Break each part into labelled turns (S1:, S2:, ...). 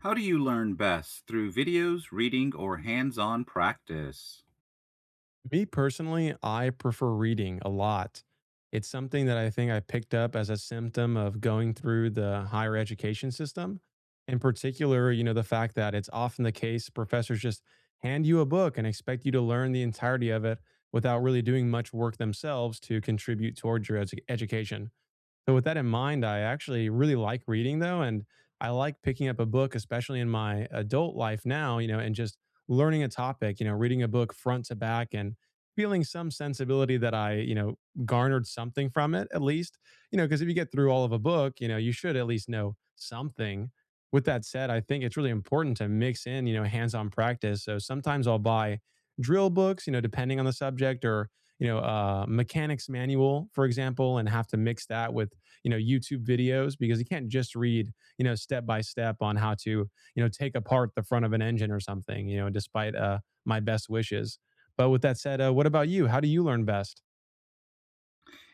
S1: How do you learn best? Through videos, reading, or hands on practice?
S2: Me personally, I prefer reading a lot. It's something that I think I picked up as a symptom of going through the higher education system. In particular, the fact that it's often the case professors just hand you a book and expect you to learn the entirety of it without really doing much work themselves to contribute towards your education. So with that in mind, I actually really like reading though, and I like picking up a book, especially in my adult life now, and just learning a topic, reading a book front to back and feeling some sensibility that I garnered something from it at least, because if you get through all of a book, you should at least know something. With that said, I think it's really important to mix in, hands-on practice. So sometimes I'll buy drill books, depending on the subject or mechanics manual, for example, and have to mix that with YouTube videos because you can't just read step by step on how to take apart the front of an engine or something. Despite my best wishes. But with that said, what about you? How do you learn best?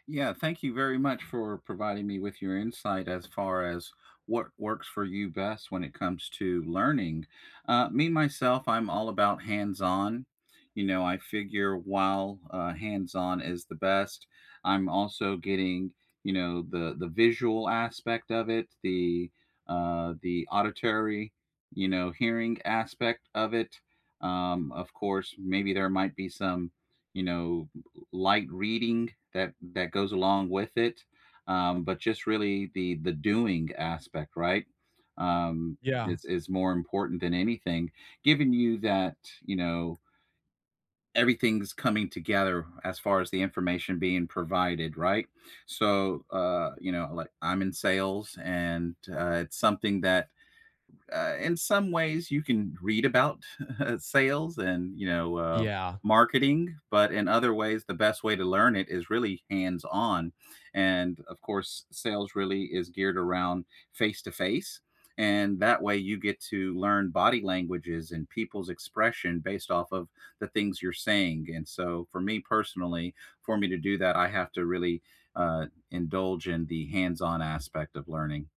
S1: Yeah, thank you very much for providing me with your insight as far as what works for you best when it comes to learning. Me, myself, I'm all about hands on. You know, I figure while hands on is the best, I'm also getting, you know, the visual aspect of it, the auditory, you know, hearing aspect of it. Of course, maybe there might be some, you know, light reading that goes along with it, but just really the doing aspect, right? Um,
S2: Yeah.
S1: is more important than anything, giving you that, you know, everything's coming together as far as the information being provided, right? So you know, like I'm in sales, and it's something that in some ways you can read about sales and, you know,
S2: Yeah.
S1: marketing, but in other ways, the best way to learn it is really hands on. And of course, sales really is geared around face to face. And that way, you get to learn body languages and people's expression based off of the things you're saying. And so, for me personally, for me to do that, I have to really indulge in the hands on aspect of learning.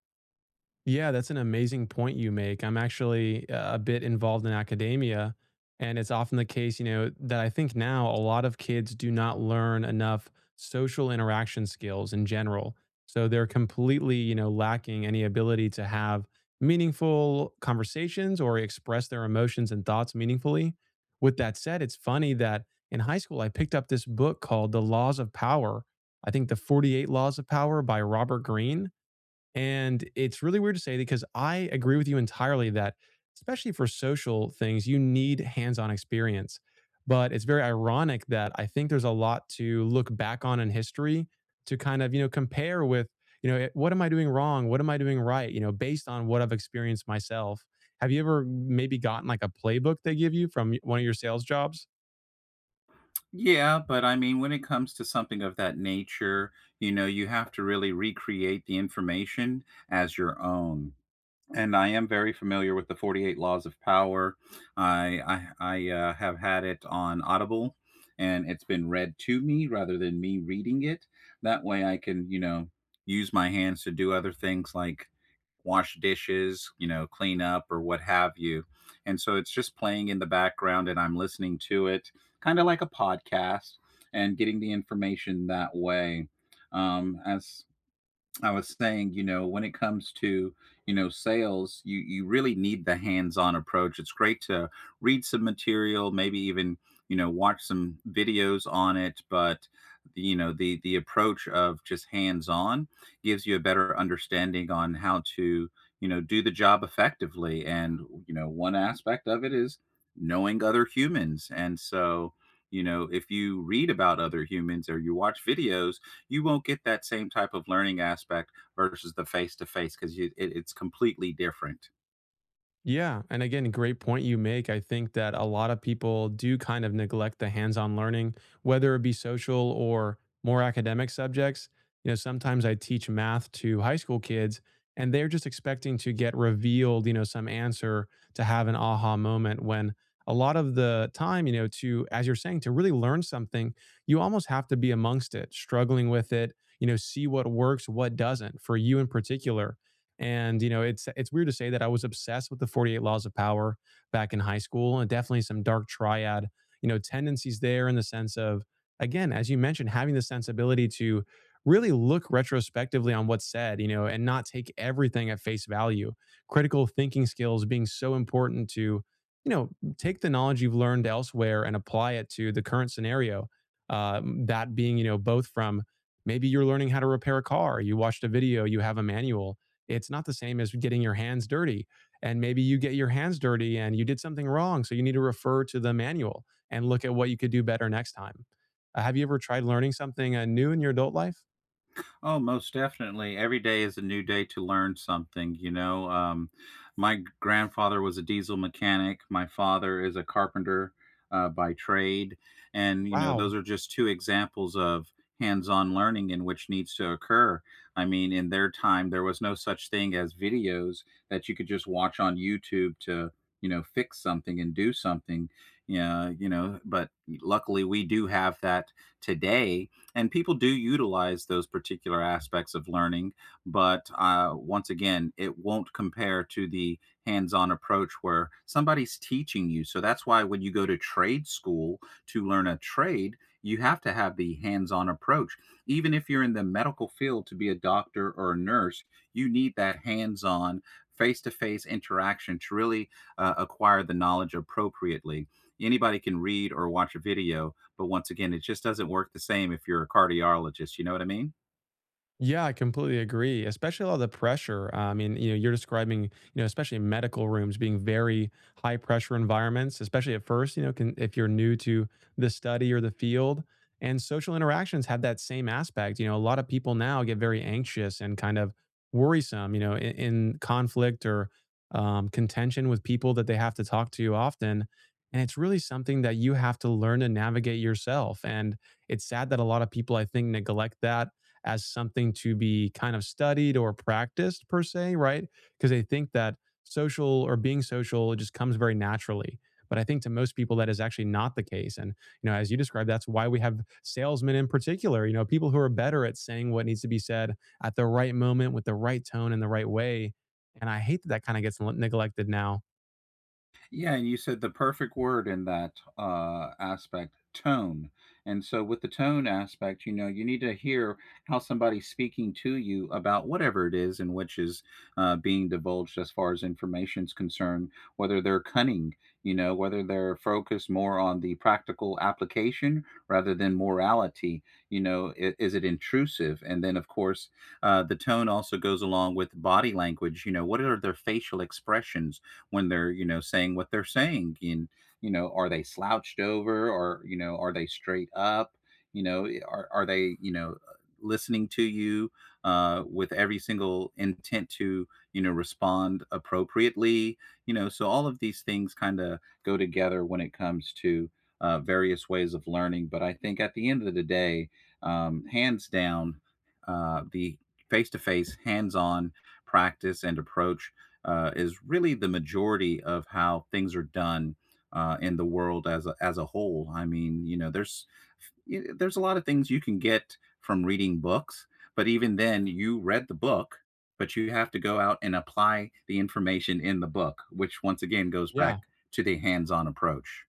S2: Yeah, that's an amazing point you make. I'm actually a bit involved in academia, and it's often the case, that I think now a lot of kids do not learn enough social interaction skills in general. So they're completely, lacking any ability to have meaningful conversations or express their emotions and thoughts meaningfully. With that said, it's funny that in high school I picked up this book called The Laws of Power. I think The 48 Laws of Power by Robert Greene, and it's really weird to say because I agree with you entirely that, especially for social things, you need hands on experience. But it's very ironic that I think there's a lot to look back on in history to kind of, compare with, what am I doing wrong? What am I doing right? Based on what I've experienced myself. Have you ever maybe gotten like a playbook they give you from one of your sales jobs?
S1: Yeah, but I mean, when it comes to something of that nature, you know, you have to really recreate the information as your own, and I am very familiar with the 48 Laws of Power. I have had it on Audible, and it's been read to me rather than me reading it. That way, I can, you know, use my hands to do other things like wash dishes, you know, clean up or what have you. And so it's just playing in the background, and I'm listening to it, kind of like a podcast, and getting the information that way. As I was saying, you know, when it comes to, you know, sales, you really need the hands-on approach. It's great to read some material, maybe even, you know, watch some videos on it, but the, you know, the approach of just hands-on gives you a better understanding on how to, you know, do the job effectively. And, you know, one aspect of it is knowing other humans. And so, you know, if you read about other humans or you watch videos, you won't get that same type of learning aspect versus the face to face because it's completely different.
S2: Yeah. And again, great point you make. I think that a lot of people do kind of neglect the hands on learning, whether it be social or more academic subjects. Sometimes I teach math to high school kids and they're just expecting to get revealed, some answer to have an aha moment when a lot of the time, to, as you're saying, to really learn something, you almost have to be amongst it, struggling with it, see what works, what doesn't for you in particular and it's weird to say that I was obsessed with the 48 laws of power back in high school and definitely some dark triad, tendencies there in the sense of again, as you mentioned, having the sensibility to really look retrospectively on what's said, and not take everything at face value. Critical thinking skills being so important to, you know, take the knowledge you've learned elsewhere and apply it to the current scenario. That being, both from maybe you're learning how to repair a car, you watched a video, you have a manual, it's not the same as getting your hands dirty. And maybe you get your hands dirty and you did something wrong. So you need to refer to the manual and look at what you could do better next time. Have you ever tried learning something new in your adult life?
S1: Oh, most definitely. Every day is a new day to learn something, you know. My grandfather was a diesel mechanic. My father is a carpenter by trade. And, you know,
S2: Wow.
S1: those are just two examples of hands on learning in which needs to occur. I mean, in their time, there was no such thing as videos that you could just watch on YouTube to, you know, fix something and do something. Yeah, you know, but luckily we do have that today, and people do utilize those particular aspects of learning, but once again it won't compare to the hands-on approach where somebody's teaching you. So that's why when you go to trade school to learn a trade, you have to have the hands-on approach. Even if you're in the medical field to be a doctor or a nurse, you need that hands-on face-to-face interaction to really acquire the knowledge appropriately. Anybody can read or watch a video, but once again, it just doesn't work the same if you're a cardiologist. You know what I mean?
S2: Yeah, I completely agree, especially a lot of the pressure. I mean, you're describing, especially medical rooms being very high pressure environments, especially at first, can, if you're new to the study or the field. And social interactions have that same aspect. A lot of people now get very anxious and kind of worrisome, in conflict or contention with people that they have to talk to often. And it's really something that you have to learn to navigate yourself. And it's sad that a lot of people, I think, neglect that as something to be kind of studied or practiced per se, right? Because they think that social or being social it just comes very naturally. But I think to most people that is actually not the case. And as you described, that's why we have salesmen in particular, people who are better at saying what needs to be said at the right moment with the right tone and the right way. And I hate that that kind of gets neglected now.
S1: Yeah, and you said the perfect word in that, aspect, tone, and so with the tone aspect, you know, you need to hear how somebody's speaking to you about whatever it is in which is, being divulged as far as information's concerned, whether they're cunning, you know, whether they're focused more on the practical application rather than morality, you know, I is it intrusive? And then, of course, the tone also goes along with body language, you know, what are their facial expressions when they're, you know, saying what they're saying? And you know, are they slouched over, or you know, are they straight up? You know, are they, you know, listening to you with every single intent to, you know, respond appropriately? You know, so all of these things kind of go together when it comes to various ways of learning. But I think at the end of the day, hands down, the face-to-face hands-on practice and approach is really the majority of how things are done in the world as as a whole. I mean, you know, there's there's a lot of things you can get from reading books, but even then, you read the book, but you have to go out and apply the information in the book, which once again goes
S2: Yeah.
S1: back to the hands-on approach.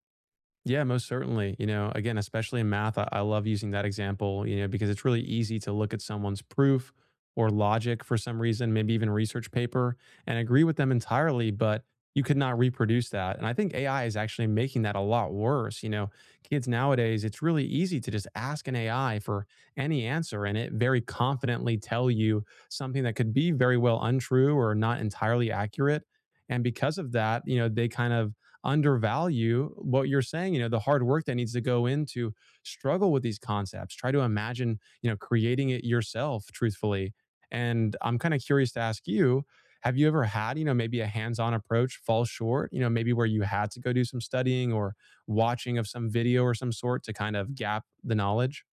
S2: Yeah, most certainly. Again, especially in math, I love using that example, because it's really easy to look at someone's proof or logic for some reason, maybe even research paper, and agree with them entirely, but you could not reproduce that. And I think AI is actually making that a lot worse. Kids nowadays, it's really easy to just ask an AI for any answer and it very confidently tell you something that could be very well untrue or not entirely accurate. And because of that, they kind of undervalue what you're saying, the hard work that needs to go into struggle with these concepts, try to imagine creating it yourself truthfully. And I'm kind of curious to ask you, have you ever had maybe a hands-on approach fall short, maybe where you had to go do some studying or watching of some video or some sort to kind of gap the knowledge?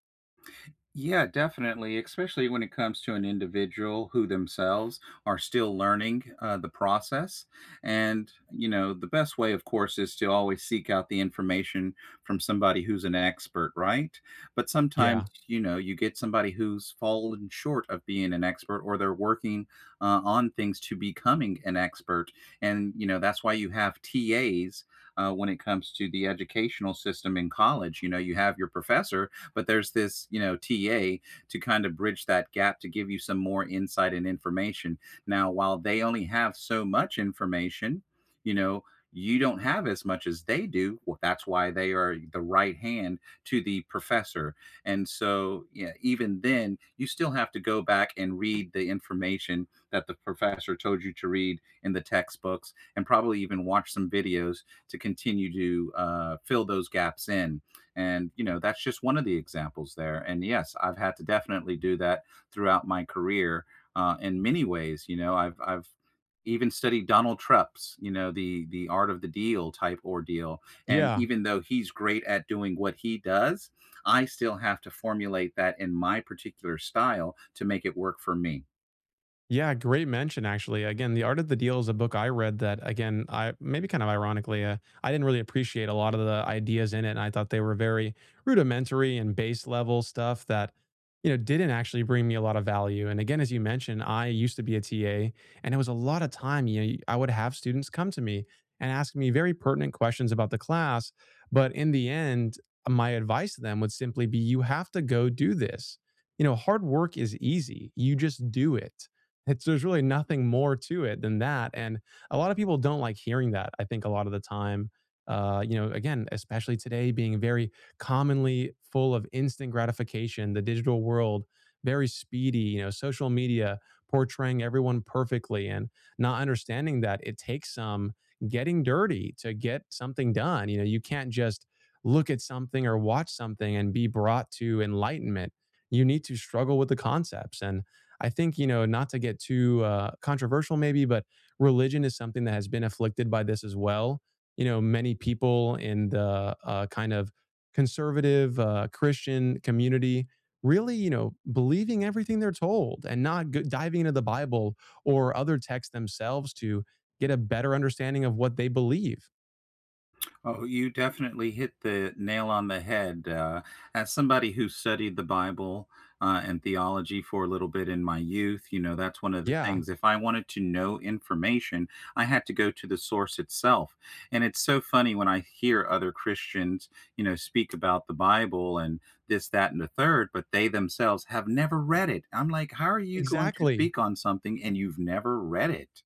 S1: Yeah, definitely, especially when it comes to an individual who themselves are still learning the process. And, you know, the best way, of course, is to always seek out the information from somebody who's an expert, right? But sometimes,
S2: Yeah.
S1: you know, you get somebody who's fallen short of being an expert or they're working on things to becoming an expert. And, you know, that's why you have TAs. When it comes to the educational system in college, you know, you have your professor, but there's this, you know, ta to kind of bridge that gap to give you some more insight and information. Now while they only have so much information, you know, you don't have as much as they do. Well, that's why they are the right hand to the professor. And so, yeah, even then, you still have to go back and read the information that the professor told you to read in the textbooks, and probably even watch some videos to continue to fill those gaps in. And, you know, that's just one of the examples there. And yes, I've had to definitely do that throughout my career in many ways. I've even studied Donald Trump's, you know, the art of the deal type ordeal. And
S2: Yeah.
S1: even though he's great at doing what he does, I still have to formulate that in my particular style to make it work for me.
S2: Yeah, great mention actually. Again, The Art of the Deal is a book I read that again, I maybe kind of ironically, I didn't really appreciate a lot of the ideas in it and I thought they were very rudimentary and base level stuff that didn't actually bring me a lot of value. And again, as you mentioned, I used to be a TA and it was a lot of time, I would have students come to me and ask me very pertinent questions about the class, but in the end, my advice to them would simply be you have to go do this. Hard work is easy. You just do it. It's there's really nothing more to it than that, and a lot of people don't like hearing that, I think a lot of the time. Again, especially today being very commonly full of instant gratification, the digital world, very speedy, social media portraying everyone perfectly and not understanding that it takes some getting dirty to get something done. You can't just look at something or watch something and be brought to enlightenment. You need to struggle with the concepts and I think, not to get too controversial maybe, but religion is something that has been afflicted by this as well. Many people in the kind of conservative Christian community really, believing everything they're told and not diving into the Bible or other texts themselves to get a better understanding of what they believe.
S1: Oh, you definitely hit the nail on the head. As somebody who studied the Bible and theology for a little bit in my youth, you know, that's one of the
S2: Yeah,
S1: things. If I wanted to know information, I had to go to the source itself. And it's so funny when I hear other Christians, you know, speak about the Bible and this, that, and the third, but they themselves have never read it. I'm like, how are you going to
S2: exactly.
S1: speak on something and you've never read it?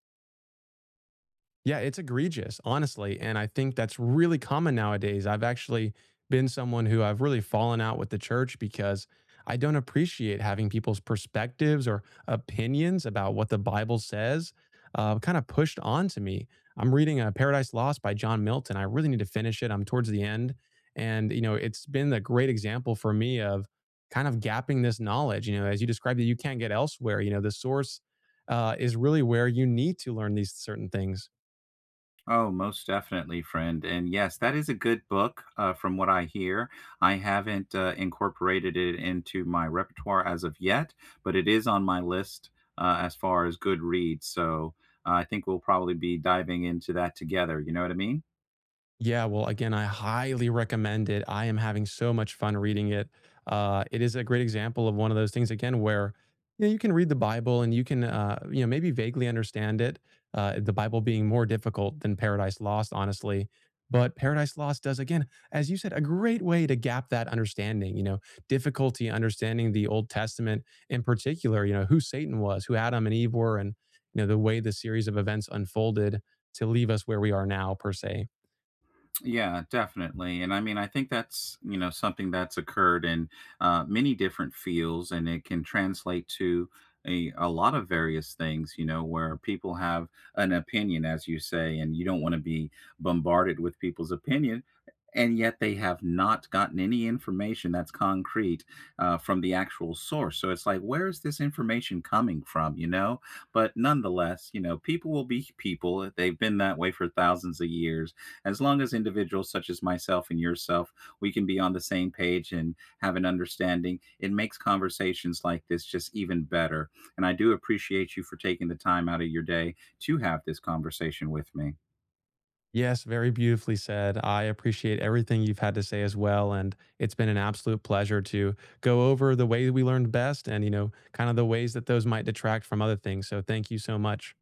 S2: Yeah, it's egregious, honestly. And I think that's really common nowadays. I've actually been someone who I've really fallen out with the church because I don't appreciate having people's perspectives or opinions about what the Bible says, kind of pushed onto me. I'm reading Paradise Lost by John Milton. I really need to finish it. I'm towards the end. And it's been a great example for me of kind of gapping this knowledge, as you described that you can't get elsewhere. The source is really where you need to learn these certain things.
S1: Oh, most definitely, friend. And yes, that is a good book from what I hear. I haven't incorporated it into my repertoire as of yet, but it is on my list as far as good reads. So I think we'll probably be diving into that together. You know what I mean?
S2: Yeah, well, again, I highly recommend it. I am having so much fun reading it. It is a great example of one of those things again where you can read the Bible and you can maybe vaguely understand it. The Bible being more difficult than Paradise Lost, honestly. But Paradise Lost does again, as you said, a great way to gap that understanding. Difficulty understanding the Old Testament in particular. Who Satan was, who Adam and Eve were, and the way the series of events unfolded to leave us where we are now, per se.
S1: Yeah, definitely. And I mean, I think that's, you know, something that's occurred in many different fields, and it can translate to a lot of various things, you know, where people have an opinion, as you say, and you don't want to be bombarded with people's opinion. And yet they have not gotten any information that's concrete from the actual source. So it's like, where is this information coming from, you know? But nonetheless, you know, people will be people. They've been that way for thousands of years. As long as individuals such as myself and yourself, we can be on the same page and have an understanding, it makes conversations like this just even better. And I do appreciate you for taking the time out of your day to have this conversation with me.
S2: Yes, very beautifully said. I appreciate everything you've had to say as well. And it's been an absolute pleasure to go over the way we learned best and, kind of the ways that those might detract from other things. So thank you so much.